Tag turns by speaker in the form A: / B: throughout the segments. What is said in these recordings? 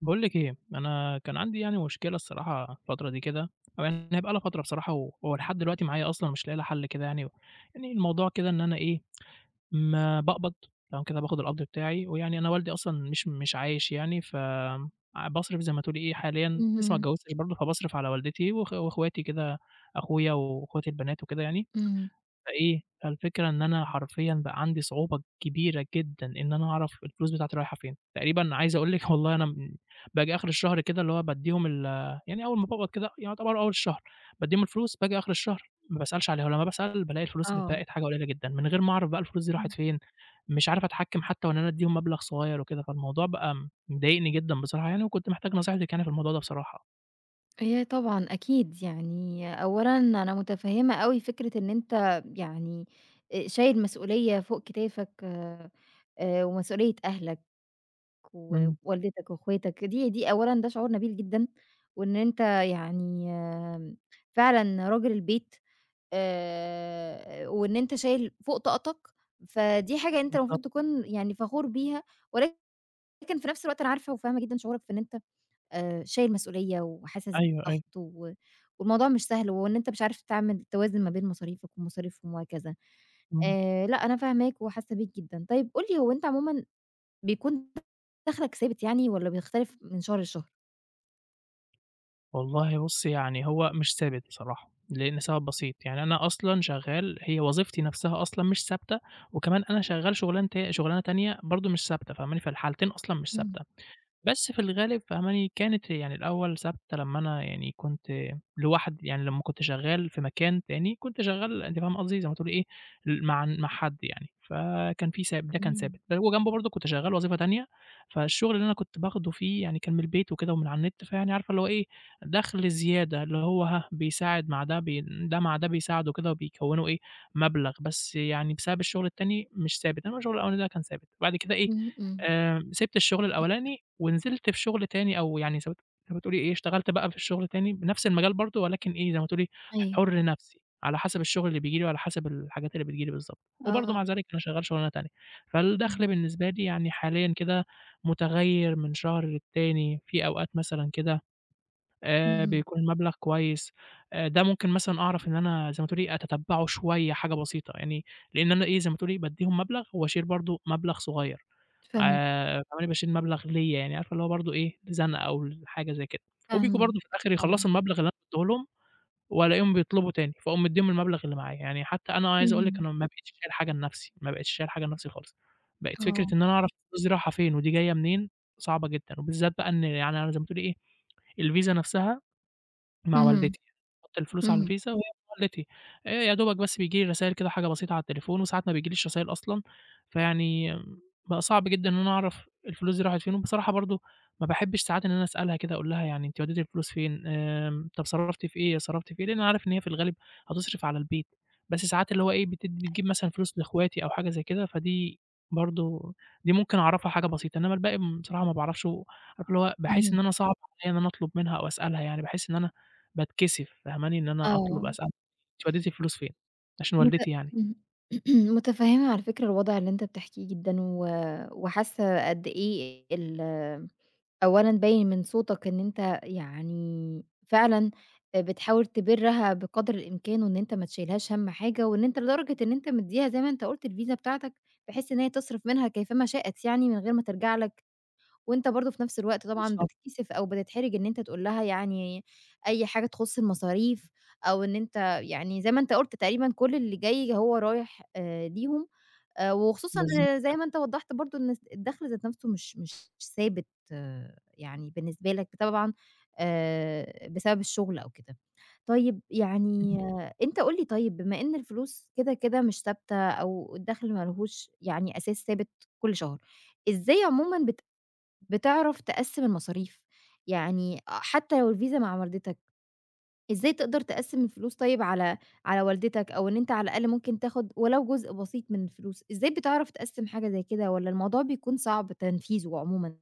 A: باقول لِك إيه، أنا كان عندي يعني مشكلة الصراحة الفترة دي كده، أو يعني هي بقى لها فترة بصراحة و ولحد دلوقتي معايا أصلًا مش لاقي لها حل كده يعني. يعني الموضوع كده إن أنا إيه، ما باقبض تمام كده، باخد القبض بتاعي، ويعني أنا والدي أصلًا مش عايش يعني. باصرف زي ما تقولي إيه حاليًا لسه ما
B: اهم.
A: اتجوزتش برضه، فباصرف على والدتي وأخ وأخواتي كده، أخويا وأخواتي البنات وكده يعني.
B: إمم.
A: فإيه، فالفكرة إن أنا حرفيًا بقى عندي صعوبة كبيرة جدًا إن أنا أعرف الفلوس بتاعتي رايحة فين، تقريبًا عايز أقول لِك والله أنا باجي آخر الشهر كده اللي هو بادّيهم يعني أول ما باقبض كده يعتبر أول الشهر. بادّيهم الفلوس باجي آخر الشهر ما باسألش عليها، ولمّا باسأل بالاقي الفلوس اللي
B: آه.
A: اتبقت حاجة قليلة جدًا، من غير ما أعرف بقى الفلوس دي راحت
B: إمم.
A: فين. مش عارف أتحكّم حتى وإن أنا أدّيهم مبلغ صغير وكده، فالموضوع بقى مضايقني جدًا بصراحة يعني، وكنت محتاج نصيحتِك يعني في الموضوع ده بصراحة.
B: هي طبعًا أكيد يعني أولًا أنا متفهّمة أوي فكرة إن أنت يعني شايل مسؤولية فوق كتافك، ومسؤولية أهلك
A: إمم.
B: ووالدتك وأخواتك. دي أولًا ده شعور نبيل جدًا، وإن أنت يعني فعلًا راجل البيت، وإن أنت شايل فوق طاقتك. فدي حاجة أنت المفروض
A: بالضبط.
B: تكون يعني فخور بيها. ولكن في نفس الوقت أنا عارفة وفاهمة جدًا شعورك في إن أنت شايل مسؤولية وحاسس
A: أيوه، أيوه.
B: بضغط و والموضوع مش سهل، وإن أنت مش عارف تعمل توازن ما بين مصاريفك ومصاريفهم وهكذا.
A: إمم.
B: لأ، أنا فاهماك وحاسة بيك جدًا. طيب قُل لي، هو أنت عمومًا بيكون دخلك ثابت يعني والّا بيختلف من شهر لشهر؟
A: والله بُصّي، يعني هو مش ثابت بصراحة، لإن سبب بسيط، يعني أنا أصلًا شغّال هي وظيفتي نَفْسها أصلًا مش ثابتة، وكمان أنا شغّال شُغلانة شُغلانة تانية برضه مش ثابتة فاهماني، فالحالتين أصلًا مش
B: إمم.
A: ثابتة. بس في الغالب فاهماني، كانت يعني الأول ثابتة لمّا أنا يعني كنت لوحدي، يعني لمّا كنت شغّال في مكان تاني، كنت شغّال أنتِ فاهمة قصدي، زي ما تقولي إيه، مع حد يعني، فكان في ده كان
B: أوكي.
A: ثابت، ده وجنبه برضه كنت شغّال وظيفة تانية. فالشغل اللي أنا كنت باخده فيه يعني كان من البيت وكده ومن على النت، فيعني عارفة اللي هو إيه، دخْل زيادة، اللي هو ها، بيساعد مع ده، ده مع ده بيساعده كده وبيكوّنوا إيه، مبلغ، بس يعني بسبب الشغل التاني مش ثابت، إنّما الشغل الأولاني ده كان ثابت. وبعد كده إيه،
B: إمم، إمم.
A: سِبت الشغل الأولاني ونزلت في شغل تاني أو يعني زي ما تقولي إيه، اشتغلت بقى في الشغل تاني بنفس المجال برضه ولكن إيه، زي ما تقولي
B: أيوه.
A: حُر نَفْسي، على حسب الشغل اللي بييجي لي وعلى حسب الحاجات اللي بتيجي لي بالضبط، وبرضه
B: آه.
A: مع ذلك أنا شغّال شغلانة تانية. فالدخْل
B: اهم،
A: بالنسبة لي يعني حاليًا كده مُتغيّر من شهر للتاني، في أوقات مثلًا كده
B: اهم.
A: بيكون المبلغ كويس. ده ممكن مثلًا أعرف إن أنا زي ما تقولي أتتبّعه شوية حاجة بسيطة يعني، لإن أنا إيه، زي ما تقولي بادّيهم مبلغ وأشيل برضه مبلغ صغير.
B: فاهماك،
A: فعمال باشيل مبلغ ليّا يعني، عارفة اللي هو برضه إيه، لزنقة أو لحاجة زي كده، وبييجوا
B: فاهماك.
A: برضه في الآخر
B: آه.
A: يخلّصوا المبلغ اللي أنا ادّيته لهم، والاقيهم بيطلبوا تاني، فاقوم مدّيهم المبلغ اللي معايا، يعني حتى أنا عايز أقول لِك
B: اهم.
A: أنا ما بقيتش شايل حاجة لنفسي، ما بقيتش شايل حاجة لنفسي خالص. بقت فكرة
B: آه.
A: إن أنا أعرف الفلوس دي رايحة فين ودي جاية منين، صعبة جدًا، وبالذات بقى إن يعني أنا زي ما تقولي إيه، الفيزا نفسها مع
B: اهم،
A: والدتي، باحُط الفلوس على
B: اهم،
A: الفيزا وهي مع والدتي. يا دوبك بس بييجي لي رسايل كده حاجة بسيطة على التليفون، وساعات ما بيجيليش رسايل أصلًا. فيعني بقى صعب جدًا إن أنا أعرف الفلوس دي راحت فين، وبصراحة برضه ما باحبش ساعات إن أنا أسألها كده أقول لها يعني أنتِ وديتِ الفلوس فين، طب صرّفتِ في إيه، صرّفتِ في إيه، لإن أنا عارف إن هي في الغالب هتصرف على البيت، بس ساعات اللي هو إيه بتدّي بتجيب مثلًا فلوس لأخواتي أو حاجة زي كده، فدي برضه دي ممكن أعرفها حاجة بسيطة، إنما الباقي بصراحة ما باعرفش. عارف اللي هو باحس إن
B: اهم.
A: أنا صعب عليّا إن أنا أطلب منها أو أسألها يعني، باحس إن أنا باتكسف فاهماني، إن أنا أطلب
B: آه.
A: أسألها، أنتِ وديتِ الفلوس فين؟ عشان
B: مت
A: والدتي يعني.
B: اهم. متفهمة على فكرة الوضع اللي أنت بتحكيه جدًا، و وحاسة قد إيه أولًا باين من صوتك إن أنت يعني فعلًا بتحاول تبرّها بقدر الإمكان، وإن أنت ما تشيلهاش هَم حاجة، وإن أنت لدرجة إن أنت مدّيها زي ما أنت قُلت الفيزا بتاعتك، بحيث إن هي تصرف منها كيفما شاءت يعني من غير ما ترجع لك. وأنت برضه في نفس الوقت طبعًا
A: بالضبط.
B: بتتكسف أو بتتحرج إن أنت تقول لها يعني أي حاجة تخُص المصاريف أو إن أنت يعني زي ما أنت قُلت تقريبًا كل اللي جاي هو رايح ليهم. وخصوصًا زي
A: بالضبط.
B: ما أنت وضّحت برضه إن الدخل ذات نفسه مش ثابت، آه، يعني بالنسبة لك طبعًا بسبب الشغل أو كده. طيب يعني أنت قُل لي، طيب بما إن الفلوس كده، كده مش ثابتة أو الدخل ما لهوش يعني أساس ثابت كل شهر، إزاي عمومًا بتعرف تقسّم المصاريف؟ يعني حتى لو الفيزا مع والدتك، إزاي تقدر تقسّم الفلوس طيب على والدتك، أو إن أنت على الأقل ممكن تاخد ولو جزء بسيط من الفلوس؟ إزاي بتعرف تقسّم حاجة زي كده والّا الموضوع بيكون صعب تنفيذه عمومًا؟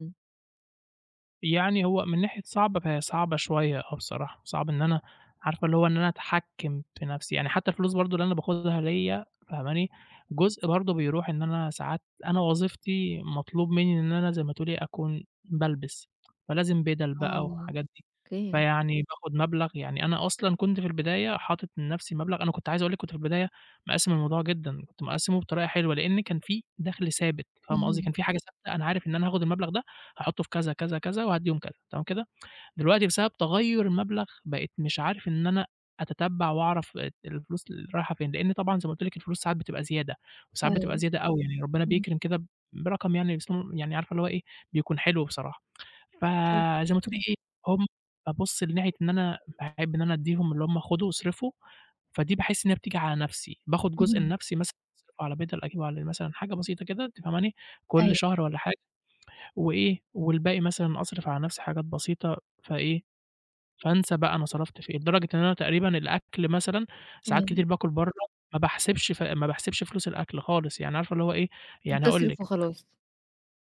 A: يعني هو من ناحية صعبة فهي صعبة شوية آه بصراحة، صعب إن أنا عارفة اللي هو إن أنا أتحكّم في نَفْسي، يعني حتّى الفلوس برضه اللي أنا باخُدها ليّا فاهماني، جزء برضه بيروح إن أنا ساعات أنا وظيفتي مطلوب منّي إن أنا زي ما تقولي أكون بالبِس، فلازم بِدَل بقى
B: آه.
A: والحاجات دي.
B: أوكي.
A: فيعني باخُد مبلغ يعني أنا أصلًا كنت في البداية حاطط لنَفْسي مبلغ أنا كنت عايز أقول لِك كنت في البداية مقسّم الموضوع جدًا، كنت مقسّمه بطريقة حلوة لإن كان في دَخْل ثابت، فاهمة قصدي، كان
B: اهم.
A: في حاجة ثابتة أنا عارف إن أنا هاخُد المبلغ ده هاحطه في كذا، كذا، كذا، وهادّيهم كذا، تمام كده؟ دلوقتي بسبب تغيُّر المبلغ بقيت مش عارف إن أنا أتتبّع وأعرف الفلوس اللي رايحة فين، لإن طبعًا زي ما قُلت لِك الفلوس ساعات بتبقى زيادة وساعات بتبقى
B: أيوه.
A: زيادة أوي، يعني ربنا
B: اهم.
A: بيكرم كده برقم يعني اسمه يعني عارفة اللي هو إيه، بيكون حلو بصراحة.
B: حلو.
A: فزي ما تقولي
B: كويس.
A: إيه، هم بابُص لناحية إن أنا باحب إن أنا أدّيهم اللي هم خُدوا واصرفوا، فدي باحس إن هي بتيجي على نَفْسي، باخُد جزء
B: اهم.
A: لنَفْسي مثلًا أصرفه على بدل، أجيب على مثلًا حاجة بسيطة كده أنتِ فاهماني، كل
B: أيوه،
A: شهر والّا حاجة. وإيه، والباقي مثلًا أصرف على نفسي حاجات بسيطة، فإيه، فانسى بقى أنا صرفت في إيه، لدرجة إن أنا تقريبًا الأكل مثلًا ساعات
B: أيوه.
A: كتير باكل برّه، ما باحسبش فلوس الأكل خالص، يعني عارفة اللي هو إيه، يعني هاقول
B: وتصرف
A: لِك
B: وخلاص.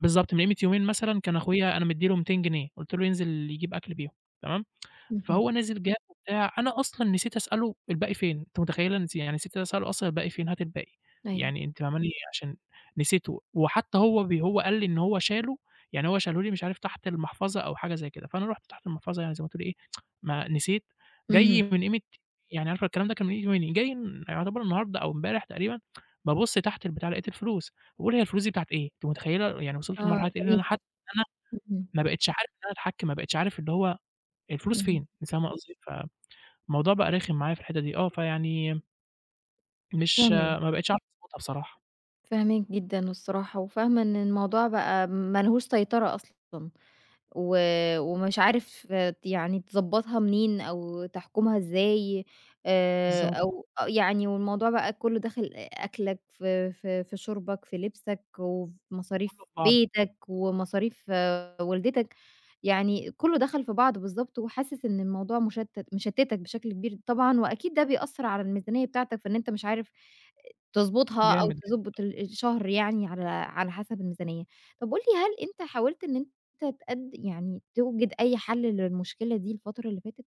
A: بالضبط من قيمة يومين مثلًا كان أخويا أنا مدّي له 200 جنيه، قُلت له ينزل يجيب أكل بيهم، تمام؟
B: اهم.
A: فهو نزل جاب وبتاع، أنا أصلًا نسيت أسأله الباقي فين، أنت متخيلة يعني نسيت أسأله أصلًا الباقي فين، هات الباقي،
B: أيوه.
A: يعني أنتِ فاهماني عشان نسيته، وحتى هو هو قال لي إن هو شاله، يعني هو شاله لي مش عارف تحت المحفظة أو حاجة زي كده، فأنا رُحت تحت المحفظة يعني زي ما تقولي إيه، ما نسيت، جاي
B: اهم.
A: من قيمة يعني عارفة الكلام ده كان من ييجي من جاي يعتبر النهارده أو امبارح تقريبًا، بابُص تحت البتاع لقيت الفلوس، باقول هي الفلوس دي بتاعة إيه؟ أنتِ متخيلة يعني وصلت
B: آه،
A: لمرحلة
B: أنت
A: إيه، إن أنا
B: ناسي.
A: حتى أنا
B: اهم،
A: ما بقيتش عارف إن أنا أتحكم، ما بقيتش عارف اللي هو الفلوس
B: اهم.
A: فين، أنتِ فاهمة قصدي؟ فالموضوع بقى رخم معايا في الحتّة دي، آه، فيعني مش
B: فاهماك.
A: ما بقيتش عارف أضبطها بصراحة.
B: فاهماك جدًا الصراحة، وفاهمة إن الموضوع بقى ما لهوش سيطرة أصلًا، و ومش عارف يعني تضبّطها منين أو تحكُمها إزاي،
A: بالضبط،
B: أو يعني، والموضوع بقى كُلّه داخل أكلك، في في شُربك، في لبسك، وفي
A: كله
B: مصاريف
A: في بعضه.
B: بيتك ومصاريف والدتك. يعني كُلّه دخل في بعضه بالضبط، وحاسس إن الموضوع مشتِّتك بشكل كبير طبعًا، وأكيد ده بيأثّر على الميزانية بتاعتك، فإن أنت مش عارف تضبطها أو
A: جامد.
B: تضبّط الشهر يعني على حسب الميزانية. طَب قُل لي، هل أنت حاولت إن يعني توجد أي حل للمشكلة دي الفترة اللي فاتت؟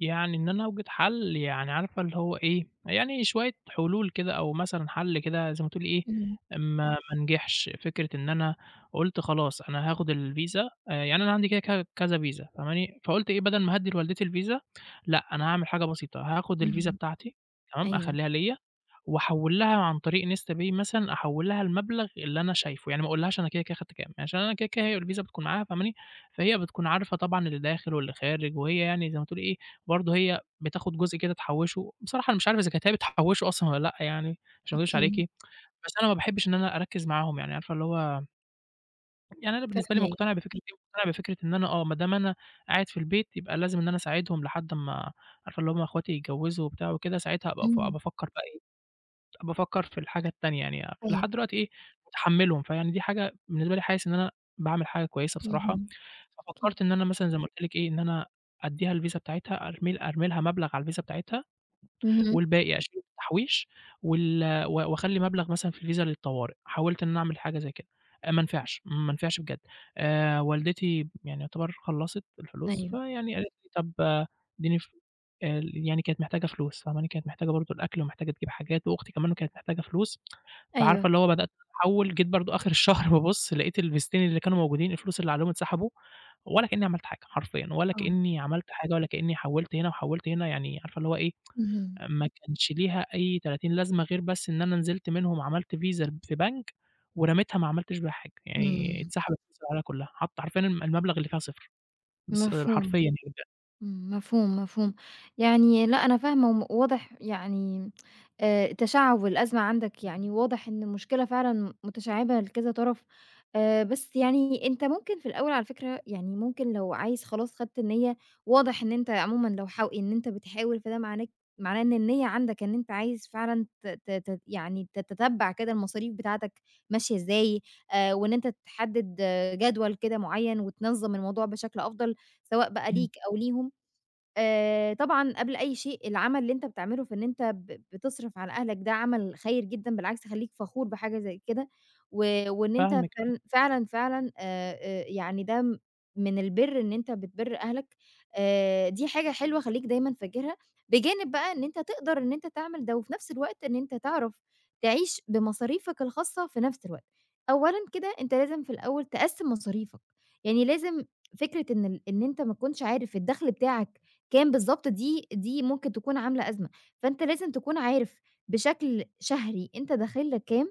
A: يعني إن أنا أوجد حل، يعني عارفة اللي هو إيه، يعني شوية حلول كده أو مثلًا حل كده زي ما تقولي إيه،
B: إمم،
A: ما نجحش، فكرة إن أنا قُلت خلاص أنا هاخد الفيزا يعني أنا عندي كده كذا فيزا فاهماني، فقُلت إيه بدل ما أهدّي لوالدتي الفيزا، لأ أنا هاعمل حاجة بسيطة، هاخد الفيزا
B: إمم.
A: بتاعتي تمام،
B: أيوه.
A: أخلّيها ليّا وأحوّل لها عن طريق Nesta Pay مثلًا، أحوّل لها المبلغ اللي أنا شايفه، يعني ما أقولهاش أنا كده، كده خدت كام، عشان أنا كده، كده هي الفيزا بتكون معاها فاهماني، فهي بتكون عارفة طبعًا اللي داخل واللي خارج، وهي يعني زي ما تقولي إيه، برضه هي بتاخد جزء كده تحوّشه، بصراحة أنا مش عارف إذا كانت هي بتحوّشه أصلًا والّا لأ يعني، عشان ما اكدبش عليكِ.
B: أوكي.
A: بس أنا ما باحبش إن أنا أركّز معاهم، يعني عارفة اللي هو يعني أنا بالنسبة لي
B: فاهماك.
A: مقتنع بفكرة إيه، مقتنع بفكرة إن أنا آه، ما دام أنا قاعد في البيت يبقى لازم إن أنا أساعدهم لحد أمّا عارفة اللي هم أخواتي يتجوّزوا وبتاع وكده، ساعتها أبقى
B: إمم.
A: أبقى أفكّر بقى إيه، أبقى أفكّر في الحاجة التانية يعني،
B: أيوه.
A: لحد دلوقتي إيه، مُتحمّلهم، فيعني دي حاجة بالنسبة لي حاسس إن أنا باعمل حاجة كويسة بصراحة.
B: اهم. أوكي.
A: ففكّرت إن أنا مثلًا زي ما قُلت لِك إيه، إن أنا أدّيها الفيزا بتاعتها أرمي لها مبلغ على الفيزا بتاعتها
B: اهم.
A: والباقي أشيله في التحويش وال و وأخلّي مبلغ مثلًا في الفيزا للطوارئ، حاولت إن أنا أعمل حاجة زي كده. ما نفعش، ما نفعش بجد. والدتي يعني يعتبر خلّصت الفلوس،
B: أيوه،
A: فيعني قالت لي: "طب اديني ف" يعني كانت محتاجة فلوس، فاهماني، كانت محتاجة برضه الأكل ومحتاجة تجيب حاجات وأختي كمان كانت محتاجة فلوس، فعارفة
B: أيوه.
A: اللي هو بدأت أحوّل، جيت برضه آخر الشهر بابُص لقيت الفيزتين اللي كانوا موجودين الفلوس اللي عليهم اتسحبوا، ولا كإني عملت حاجة حرفيًا، ولا
B: آه.
A: كإني عملت حاجة ولا كإني حوّلت هنا وحوّلت هنا، يعني عارفة اللي هو إيه،
B: اهم.
A: ما كانش ليها أي 30 لازمة غير بس إن أنا نزلت منهم عملت فيزا في بنك ورميتها ما عملتش بيها حاجة، يعني
B: إمم.
A: اتسحبت فلوس العيلة كلها، حتى حرفيًا المبلغ اللي فيها صفر، بس حرفيًا
B: مفهوم.
A: يعني بجد.
B: إمم. مفهوم، مفهوم. يعني لأ، أنا فاهمة واضح يعني تشعُّب الأزمة عندك. يعني واضح إن المشكلة فعلًا متشعِّبة لكذا طرف. بس يعني أنت ممكن في الأول على فكرة، يعني ممكن لو عايز خلاص خدت النيّة، واضح إن أنت عمومًا لو إن أنت بتحاول، فده معناه إن النيّة عندك إن أنت عايز فعلًا ت ت ت يعني تتتبّع كده المصاريف بتاعتك ماشية إزاي. وإن أنت تحدِّد جدول كده معيّن وتنظّم الموضوع بشكل أفضل، سواء بقى
A: إمم.
B: ليك أو ليهم. طبعًا قبل أي شيء، العمل اللي أنت بتعمله في إن أنت بتصرف على أهلك ده عمل خير جدًا. بالعكس، خلّيك فخور بحاجة زي كده. و وإن أنت
A: فاهمِك.
B: فعلًا فعلًا فعلًا، يعني ده من البِر إن أنت بتبِر أهلك. دي حاجة حلوة، خلّيك دايمًا فاكرها، بجانب بقى إن أنت تقدر إن أنت تعمل ده، وفي نفس الوقت إن أنت تعرف تعيش بمصاريفك الخاصة في نفس الوقت. أولًا كده أنت لازم في الأول تقسّم مصاريفك. يعني لازم، فكرة إن إن أنت ما تكونش عارف الدخل بتاعك كام بالضبط، دي ممكن تكون عاملة أزمة. فأنت لازم تكون عارف بشكل شهري أنت داخل لك كام.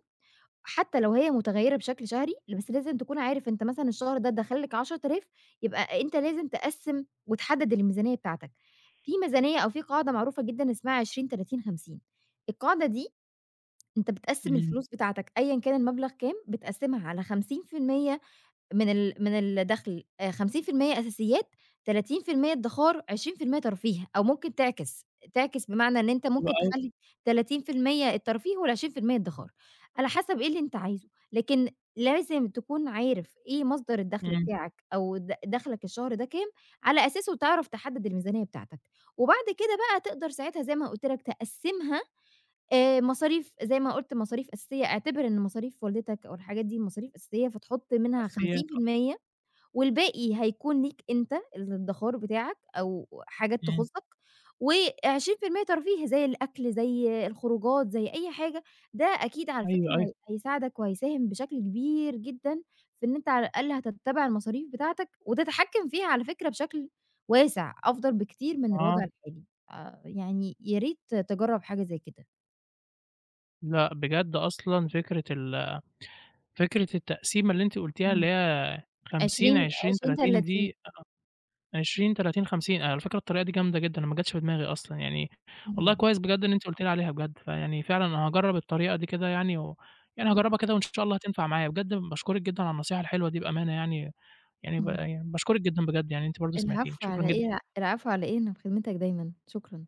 B: حتى لو هي متغيّرة بشكل شهري، بس لازم تكون عارف أنت مثلًا الشهر ده دخل لك 10.000، يبقى أنت لازم تقسّم وتحدد الميزانية بتاعتك. في ميزانية أو في قاعدة معروفة جدًا اسمها 20، 30، 50. القاعدة دي أنت بتقسّم
A: إمم.
B: الفلوس بتاعتك أيًا كان المبلغ كام، بتقسّمها على 50% من من الدخل، 50% أساسيات، 30% ادخار، 20% ترفيه، أو ممكن تعكس. تعكس بمعنى إن أنت
A: حلو
B: ممكن
A: أوي.
B: تخلّي 30% الترفيه وال20% ادخار، على حسب إيه اللي أنت عايزه، لكن لازم تكون عارف إيه مصدر الدخل
A: إمم.
B: بتاعك أو دخلك الشهر ده كام، على أساسه تعرف تحدد الميزانية بتاعتك. وبعد كده بقى تقدر ساعتها زي ما قُلت لك تقسّمها، مصاريف، زي ما قُلت مصاريف أساسية. اعتبر إن مصاريف والدتك أو الحاجات دي مصاريف أساسية، فتحُط منها
A: نفسيات آه.
B: 50%، والباقي هيكون ليك أنت، الادّخار بتاعك أو حاجات
A: إمم.
B: تخُصّك، و20% ترفيه زي الأكل، زي الخروجات، زي أي حاجة. ده أكيد على فكرة
A: أيوه، أيوه.
B: هي هيساعدك وهيساهم بشكل كبير جدًا في إن أنت على الأقل هتتّبع المصاريف بتاعتك وتتحكّم فيها على فكرة بشكل واسع، أفضل بكتير من الوضع
A: آه.
B: الحالي. يعني يا ريت تجرّب حاجة زي كده.
A: لأ بجد أصلًا فكرة فكرة التقسيمة اللي أنتِ قلتيها اللي
B: إمم.
A: هي 50،
B: 20
A: 20،
B: 20،
A: 30
B: 30.
A: دي 20، 30، 50 على فكرة الطريقة دي جامدة جدًا، أنا ما جاتش في دماغي أصلًا يعني، والله
B: اهم.
A: كويس بجد إن أنتِ قلتِ لي عليها بجد، فيعني فعلًا أنا هاجرّب الطريقة دي كده يعني يعني
B: إمم،
A: هاجرّبها كده وإن شاء الله هتنفع معايا، بجد باشكرِك جدًا على النصيحة الحلوة دي بأمانة يعني، يعني
B: إمم.
A: يعني باشكرِك جدًا بجد يعني إن أنتِ برضه سمعتيني،
B: العفو
A: شكرًا
B: على إيه؟
A: جدًا.
B: العفو على إيه، أنا في خدمتك دايمًا. شكرًا.